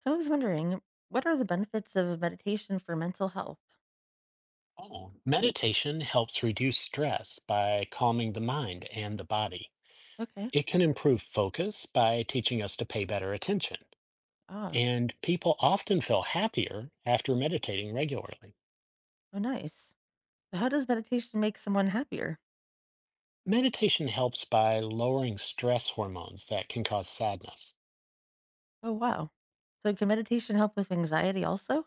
So I was wondering, what are the benefits of meditation for mental health? Oh, meditation helps reduce stress by calming the mind and the body. Okay. It can improve focus by teaching us to pay better attention. Ah, And people often feel happier after meditating regularly. oh, nice. So how does meditation make someone happier? Meditation helps by lowering stress hormones that can cause sadness. Oh, wow. So can meditation help with anxiety also?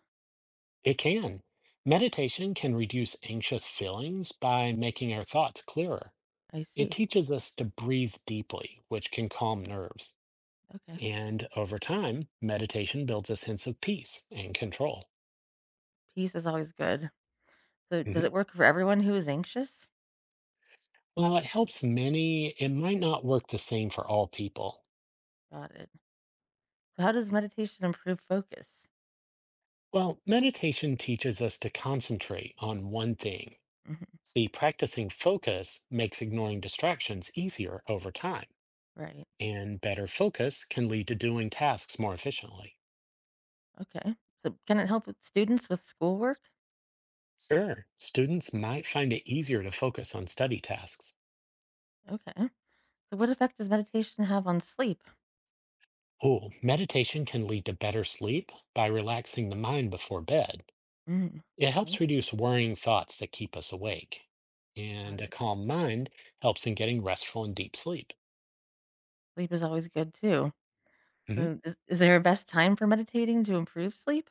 It can. Meditation can reduce anxious feelings by making our thoughts clearer. I It see. teaches us to breathe deeply, which can calm nerves. Okay. And over time, meditation builds a sense of peace and control. Peace is always good. So does Mhm. it work for everyone who is anxious? While it helps many, it might not work the same for all people. Got it. So how does meditation improve focus? Well, meditation teaches us to concentrate on one thing. Hmm. See, practicing focus makes ignoring distractions easier over time, Right. and better focus can lead to doing tasks more efficiently. Okay. So can it help with students with schoolwork? Sure, students might find it easier to focus on study tasks. Okay. So what effect does meditation have on sleep? Oh, meditation can lead to better sleep by relaxing the mind before bed. Mm. It Okay. helps reduce worrying thoughts that keep us awake. Got And a it. calm mind helps in getting restful and deep sleep. Sleep is always good too. Hmm. Is there a best time for meditating to improve sleep?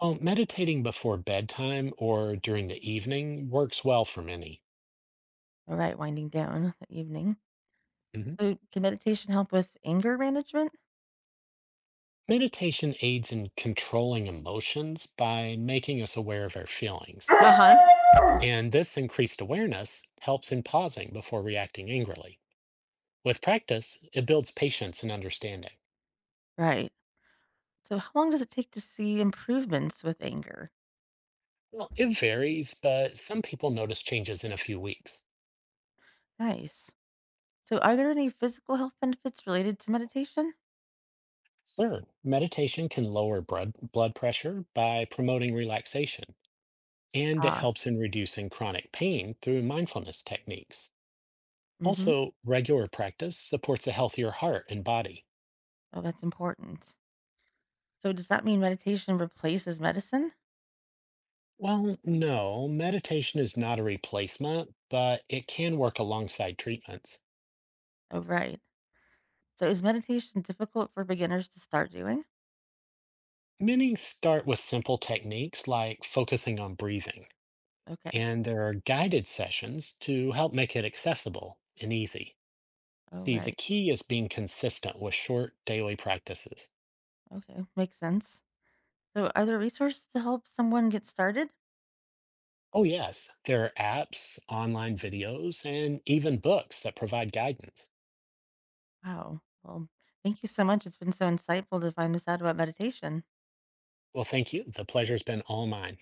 Well, meditating before bedtime or during the evening works well for many. All right, winding down the evening. Hmm. So, can meditation help with anger management? Meditation aids in controlling emotions by making us aware of our feelings. Uh-huh. And this increased awareness helps in pausing before reacting angrily. With practice, it builds patience and understanding. Right. So, how long does it take to see improvements with anger? Well, it varies, but some people notice changes in a few weeks. Nice. So, are there any physical health benefits related to meditation? Sure. Meditation can lower blood pressure by promoting relaxation, and it Ah, helps in reducing chronic pain through mindfulness techniques. mm-hmm. Also, regular practice supports a healthier heart and body. Oh, that's important. So, does that mean meditation replaces medicine? Well, no, meditation is not a replacement, but it can work alongside treatments. Oh, right. So, is meditation difficult for beginners to start doing? Many start with simple techniques like focusing on breathing, Okay. and there are guided sessions to help make it accessible and easy. Oh, See, the right. key is being consistent with short daily practices. Okay. Makes sense. So are there resources to help someone get started? Oh, yes, there are apps, online videos, and even books that provide guidance. Wow. Well, thank you so much. It's been so insightful to find this out about meditation. Well, thank you. The pleasure's been all mine.